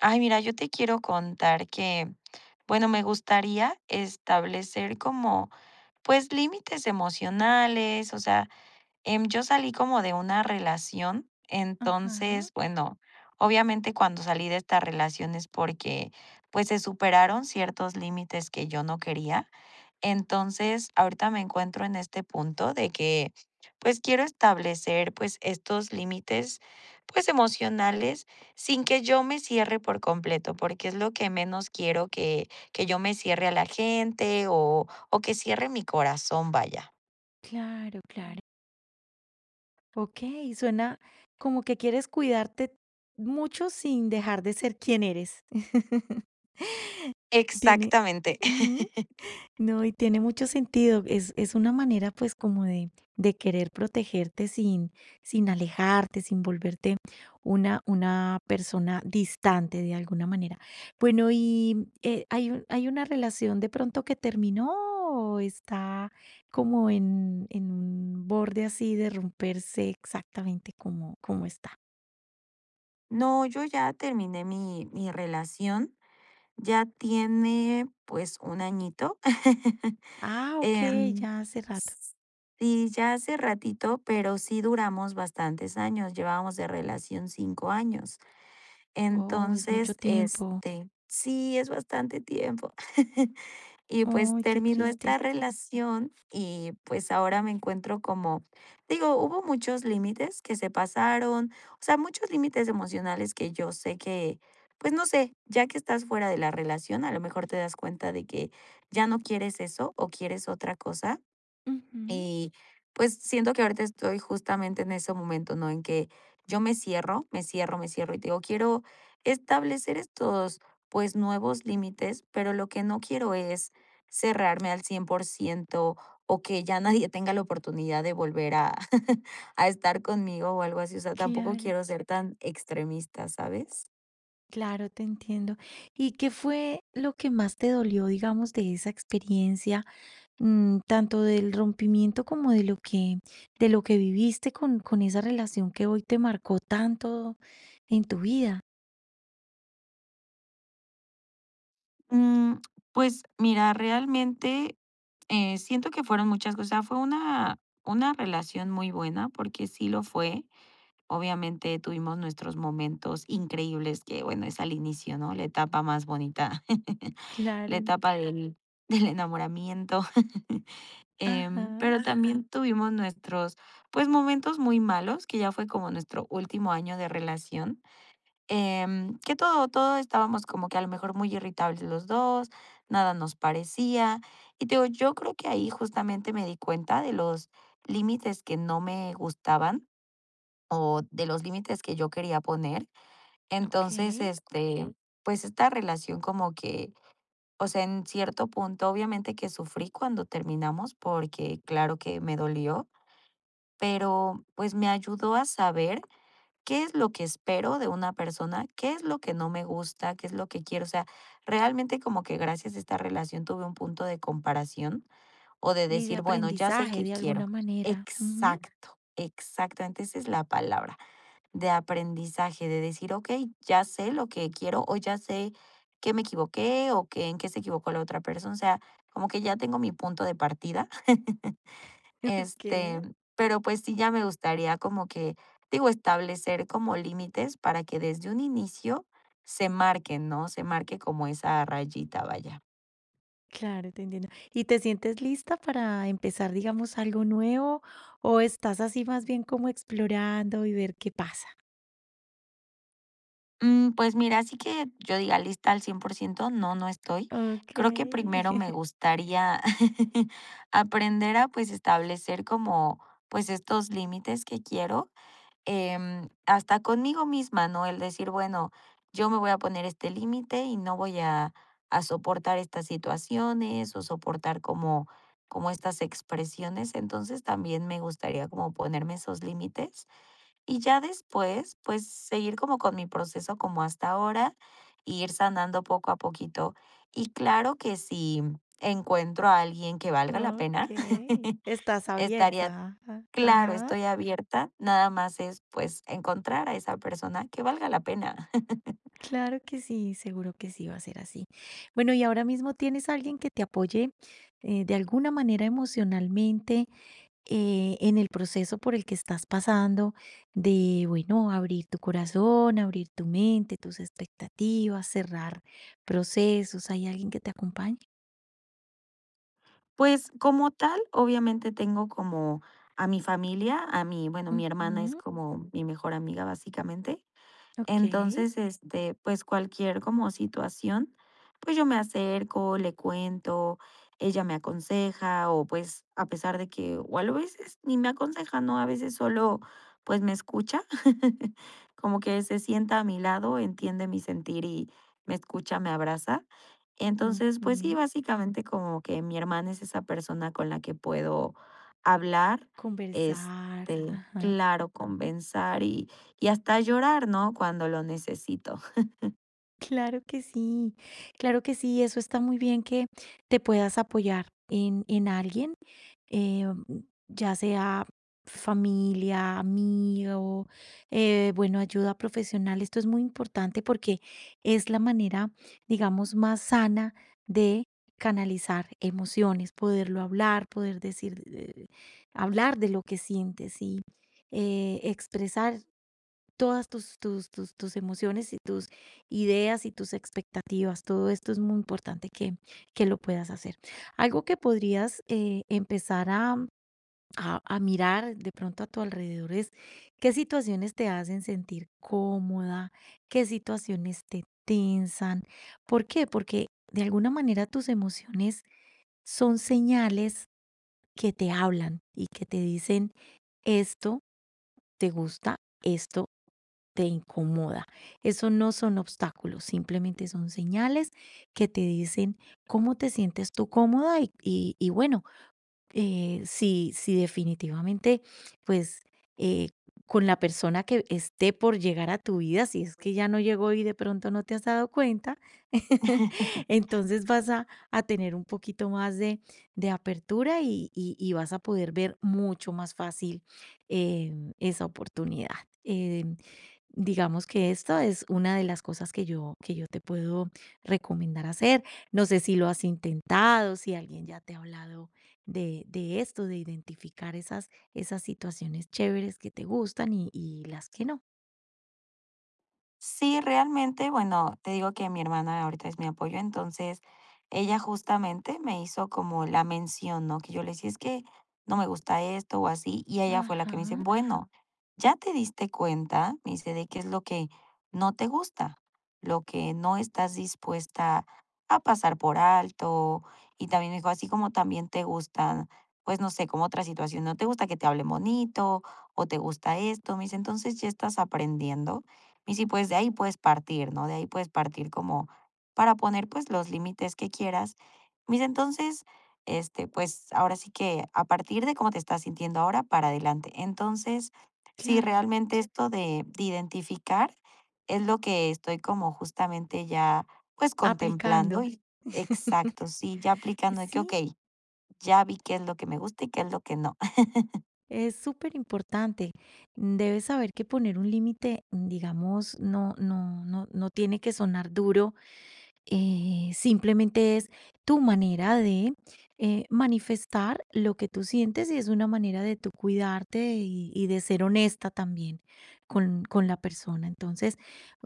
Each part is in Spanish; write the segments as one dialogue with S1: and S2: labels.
S1: Ay, mira, yo te quiero contar que, bueno, me gustaría establecer como, pues, límites emocionales, o sea, yo salí como de una relación,
S2: Ajá,
S1: entonces, bueno, obviamente cuando salí de esta relación es porque, pues, se superaron ciertos límites que yo no quería. Entonces, ahorita me encuentro en este punto de que, pues, quiero establecer, pues, estos límites, pues, emocionales sin que yo me cierre por completo, porque es lo que menos quiero, que yo me cierre a la gente o que cierre mi corazón, vaya.
S2: claro, claro. Ok, suena como que quieres cuidarte mucho sin dejar de ser quien eres. Tiene.
S1: Exactamente.
S2: No, y tiene mucho sentido. Es una manera, pues, como de querer protegerte sin, sin alejarte, sin volverte una persona distante de alguna manera. Bueno, y hay, hay una relación de pronto que terminó o está como en un borde así de romperse exactamente como, como está.
S1: No, yo ya terminé mi relación, ya tiene, pues, un añito.
S2: Ah, ok,
S1: Em,
S2: ya hace rato.
S1: s sí, ya hace ratito, pero sí duramos bastantes años, llevábamos de relación 5 años.
S2: Oh, es mucho
S1: Entonces,
S2: tiempo.
S1: este sí, es bastante tiempo. Y pues
S2: Ay, qué
S1: terminó esta
S2: triste.
S1: relación y pues ahora me encuentro como, digo, hubo muchos límites que se pasaron, o sea, muchos límites emocionales que yo sé que, pues no sé, ya que estás fuera de la relación, a lo mejor te das cuenta de que ya no quieres eso o quieres otra cosa.
S2: Ujú,
S1: Y pues siento que ahorita estoy justamente en ese momento, ¿no? En que yo me cierro, me cierro, me cierro y te digo, quiero establecer estos, pues, nuevos límites, pero lo que no quiero es cerrarme al 100% o que ya nadie tenga la oportunidad de volver a, a estar conmigo o algo así. O sea, tampoco
S2: claro.
S1: quiero ser tan extremista, ¿sabes?
S2: Claro, te entiendo. ¿Y qué fue lo que más te dolió, digamos, de esa experiencia, tanto del rompimiento como de lo que viviste con esa relación que hoy te marcó tanto en tu vida?
S1: Mm, pues mira, realmente siento que fueron muchas cosas. O sea, fue una relación muy buena, porque sí lo fue. Obviamente tuvimos nuestros momentos increíbles que, bueno, es al inicio, ¿no? La etapa más bonita,
S2: Claro,
S1: la etapa del enamoramiento.
S2: ajá,
S1: Pero, ajá, también tuvimos nuestros, pues, momentos muy malos, que ya fue como nuestro último año de relación. Que todo estábamos como que a lo mejor muy irritables los dos, nada nos parecía. Y te digo, yo creo que ahí justamente me di cuenta de los límites que no me gustaban o de los límites que yo quería poner. Entonces,
S2: ok.
S1: Okey. Pues esta relación como que, o sea, en cierto punto, obviamente que sufrí cuando terminamos, porque claro que me dolió, pero pues me ayudó a saber: ¿Qué es lo que espero de una persona? ¿Qué es lo que no me gusta? ¿Qué es lo que quiero? O sea, realmente como que gracias a esta relación tuve un punto de comparación, o de
S2: Y de
S1: decir, bueno, ya sé qué
S2: aprendizaje de
S1: quiero.
S2: alguna manera. Ujú,
S1: Exacto, exactamente, esa es la palabra, de aprendizaje, de decir, ok, ya sé lo que quiero, o ya sé que me equivoqué o que en qué se equivocó la otra persona. O sea, como que ya tengo mi punto de partida. Este,
S2: Ok,
S1: pero pues sí, ya me gustaría como que, digo, establecer como límites para que desde un inicio se marquen, ¿no? Se marque como esa rayita, vaya.
S2: claro, te entiendo. ¿Y te sientes lista para empezar, digamos, algo nuevo o estás así más bien como explorando y ver qué pasa?
S1: Mm, pues mira, así que yo diga lista al 100%, no, no estoy. Creo que
S2: Okay,
S1: primero me gustaría aprender a, pues, establecer como, pues, estos límites que quiero, hasta conmigo misma, ¿no? El decir, bueno, yo me voy a poner este límite y no voy a soportar estas situaciones, o soportar como, como estas expresiones. Entonces también me gustaría como ponerme esos límites y ya después, pues, seguir como con mi proceso, como hasta ahora, y ir sanando poco a poquito. Y claro que si encuentro a alguien que valga la pena,
S2: okay, estás
S1: estaría.
S2: abierta, ajá,
S1: Claro,
S2: ajá.
S1: estoy abierta, nada más es, pues, encontrar a esa persona que valga la pena.
S2: Claro que sí, seguro que sí va a ser así. Bueno, y ahora mismo, ¿tienes a alguien que te apoye, de alguna manera emocionalmente, en el proceso por el que estás pasando de, bueno, abrir tu corazón, abrir tu mente, tus expectativas, cerrar procesos? ¿Hay alguien que te acompañe?
S1: Pues, como tal, obviamente tengo como a mi familia, a mi, bueno, mi hermana es
S2: Ujú,
S1: como mi mejor amiga, básicamente.
S2: okey,
S1: Entonces, pues cualquier como situación, pues yo me acerco, le cuento, ella me aconseja, o pues a pesar de que, o a veces ni me aconseja, ¿no? A veces solo pues me escucha, como que se sienta a mi lado, entiende mi sentir y me escucha, me abraza. Entonces, pues sí,
S2: ujú.
S1: básicamente como que mi hermana es esa persona con la que puedo hablar,
S2: Conversar.
S1: claro, conversar y hasta llorar, ¿no? Cuando lo necesito.
S2: Claro que sí, claro que sí, eso está muy bien que te puedas apoyar en alguien, eh, ya sea familia, amigo, bueno, ayuda profesional. Esto es muy importante porque es la manera, digamos, más sana de canalizar emociones, poderlo hablar, poder decir, hablar de lo que sientes y expresar todas tus emociones y tus ideas y tus expectativas. Todo esto es muy importante que lo puedas hacer. Algo que podrías, empezar a a mirar de pronto a tu alrededor es qué situaciones te hacen sentir cómoda, qué situaciones te tensan. ¿Por qué? Porque de alguna manera tus emociones son señales que te hablan y que te dicen: "Esto te gusta, esto te incomoda. Eso no son obstáculos, simplemente son señales que te dicen cómo te sientes tú cómoda y, y bueno, sí, sí, definitivamente, pues, eh, con la persona que esté por llegar a tu vida, si es que ya no llegó y de pronto no te has dado cuenta, entonces vas a tener un poquito más de apertura y, y vas a poder ver mucho más fácil eh, esa oportunidad. Eh, digamos que esto es una de las cosas que yo te puedo recomendar hacer. No sé si lo has intentado, si alguien ya te ha hablado de esto, de identificar esas, esas situaciones chéveres que te gustan y las que no.
S1: Sí, realmente, bueno, te digo que mi hermana ahorita es mi apoyo, entonces ella justamente me hizo como la mención, ¿no? Que yo le decía, es que no me gusta esto o así, y ella fue la que me dice,
S2: Ajá,
S1: bueno, ya te diste cuenta, me dice, de qué es lo que no te gusta, lo que no estás dispuesta a pasar por alto, y también me dijo, así como también te gustan, pues no sé, como otra situación, no te gusta que te hablen bonito o te gusta esto, me dice, entonces ya estás aprendiendo y sí, pues de ahí puedes partir, ¿no? De ahí puedes partir como para poner pues los límites que quieras. Mis entonces, pues ahora sí que, a partir de cómo te estás sintiendo ahora, para adelante. Entonces, sí,
S2: claro.
S1: realmente esto de, identificar es lo que estoy como justamente ya pues contemplando
S2: Aplicando.
S1: y exacto, sí, ya aplicando de que, ok,
S2: Sí,
S1: ya vi qué es lo que me gusta y qué es lo que no.
S2: es súper importante. Debes saber que poner un límite, digamos, no, no, no, no tiene que sonar duro. Simplemente es tu manera de manifestar lo que tú sientes y es una manera de tú cuidarte y de ser honesta también con la persona. Entonces,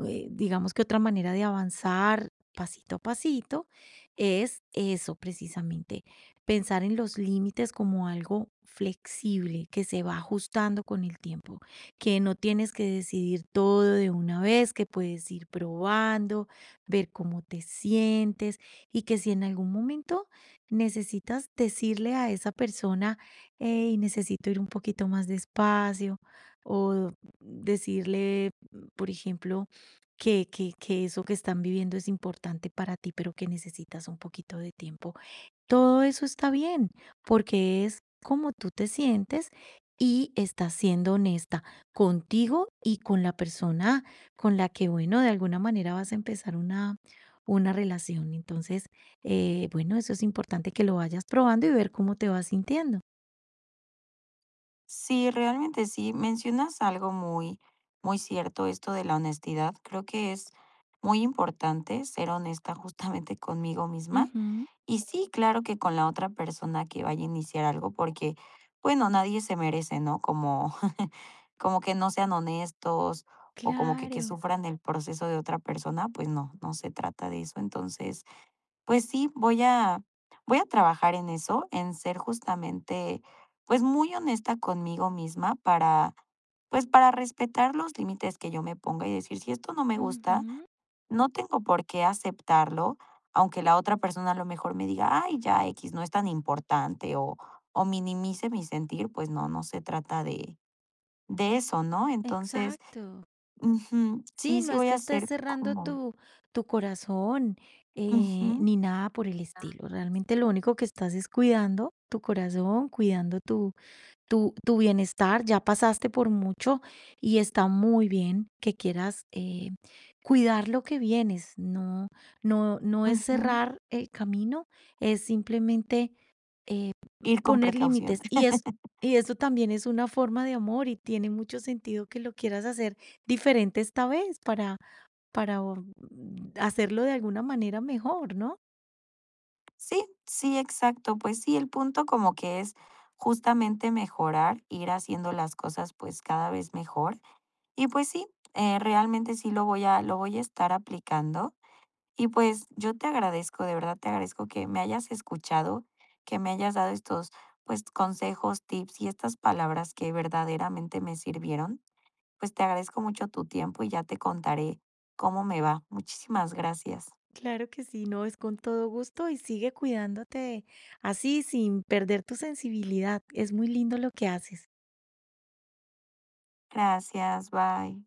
S2: digamos que otra manera de avanzar pasito a pasito es eso precisamente, pensar en los límites como algo flexible que se va ajustando con el tiempo, que no tienes que decidir todo de una vez, que puedes ir probando, ver cómo te sientes y que si en algún momento necesitas decirle a esa persona, hey, necesito ir un poquito más despacio o decirle, por ejemplo, que eso que están viviendo es importante para ti, pero que necesitas un poquito de tiempo, todo eso está bien, porque es como tú te sientes y estás siendo honesta contigo y con la persona con la que, bueno, de alguna manera vas a empezar una relación. Entonces, bueno, eso es importante que lo vayas probando y ver cómo te vas sintiendo.
S1: Sí, realmente sí. Mencionas algo muy, muy cierto, esto de la honestidad. Creo que es muy importante ser honesta justamente conmigo misma.
S2: Ujú.
S1: Y sí, claro que con la otra persona que vaya a iniciar algo, porque, bueno, nadie se merece, ¿no? Como, como que no sean honestos o como que
S2: Claro,
S1: sufran el proceso de otra persona, pues no, no se trata de eso. Entonces, pues sí, voy a trabajar en eso, en ser justamente, pues, muy honesta conmigo misma para, pues, para respetar los límites que yo me ponga y decir: "Si esto no me gusta,
S2: ujú,
S1: no tengo por qué aceptarlo", aunque la otra persona a lo mejor me diga: "Ay, ya x no es tan importante", o minimice mi sentir, pues no, no se trata de eso, ¿no? Entonces,
S2: exacto.
S1: ujú, sí,
S2: Sí, no
S1: sí
S2: es
S1: voy
S2: que
S1: a
S2: estés
S1: ser
S2: cerrando
S1: como,
S2: tu, tu corazón
S1: ujú,
S2: ni nada por el estilo. Realmente lo único que estás es cuidando tu corazón, cuidando tu bienestar. Ya pasaste por mucho y está muy bien que quieras cuidar lo que vienes. No, no, no es
S1: ujú,
S2: cerrar el camino, es simplemente
S1: ir con
S2: poner
S1: precaución.
S2: límites y es y eso también es una forma de amor y tiene mucho sentido que lo quieras hacer diferente esta vez para o hacerlo de alguna manera mejor, ¿no?
S1: Sí, sí, exacto. Pues sí, el punto como que es justamente mejorar, ir haciendo las cosas pues cada vez mejor. Y pues sí, realmente sí lo voy a estar aplicando. Y pues yo te agradezco, de verdad te agradezco que me hayas escuchado, que me hayas dado estos, pues, consejos, tips y estas palabras que verdaderamente me sirvieron. Pues te agradezco mucho tu tiempo y ya te contaré cómo me va. Muchísimas gracias.
S2: Claro que sí, no, es con todo gusto y sigue cuidándote así sin perder tu sensibilidad. Es muy lindo lo que haces.
S1: Gracias, bye.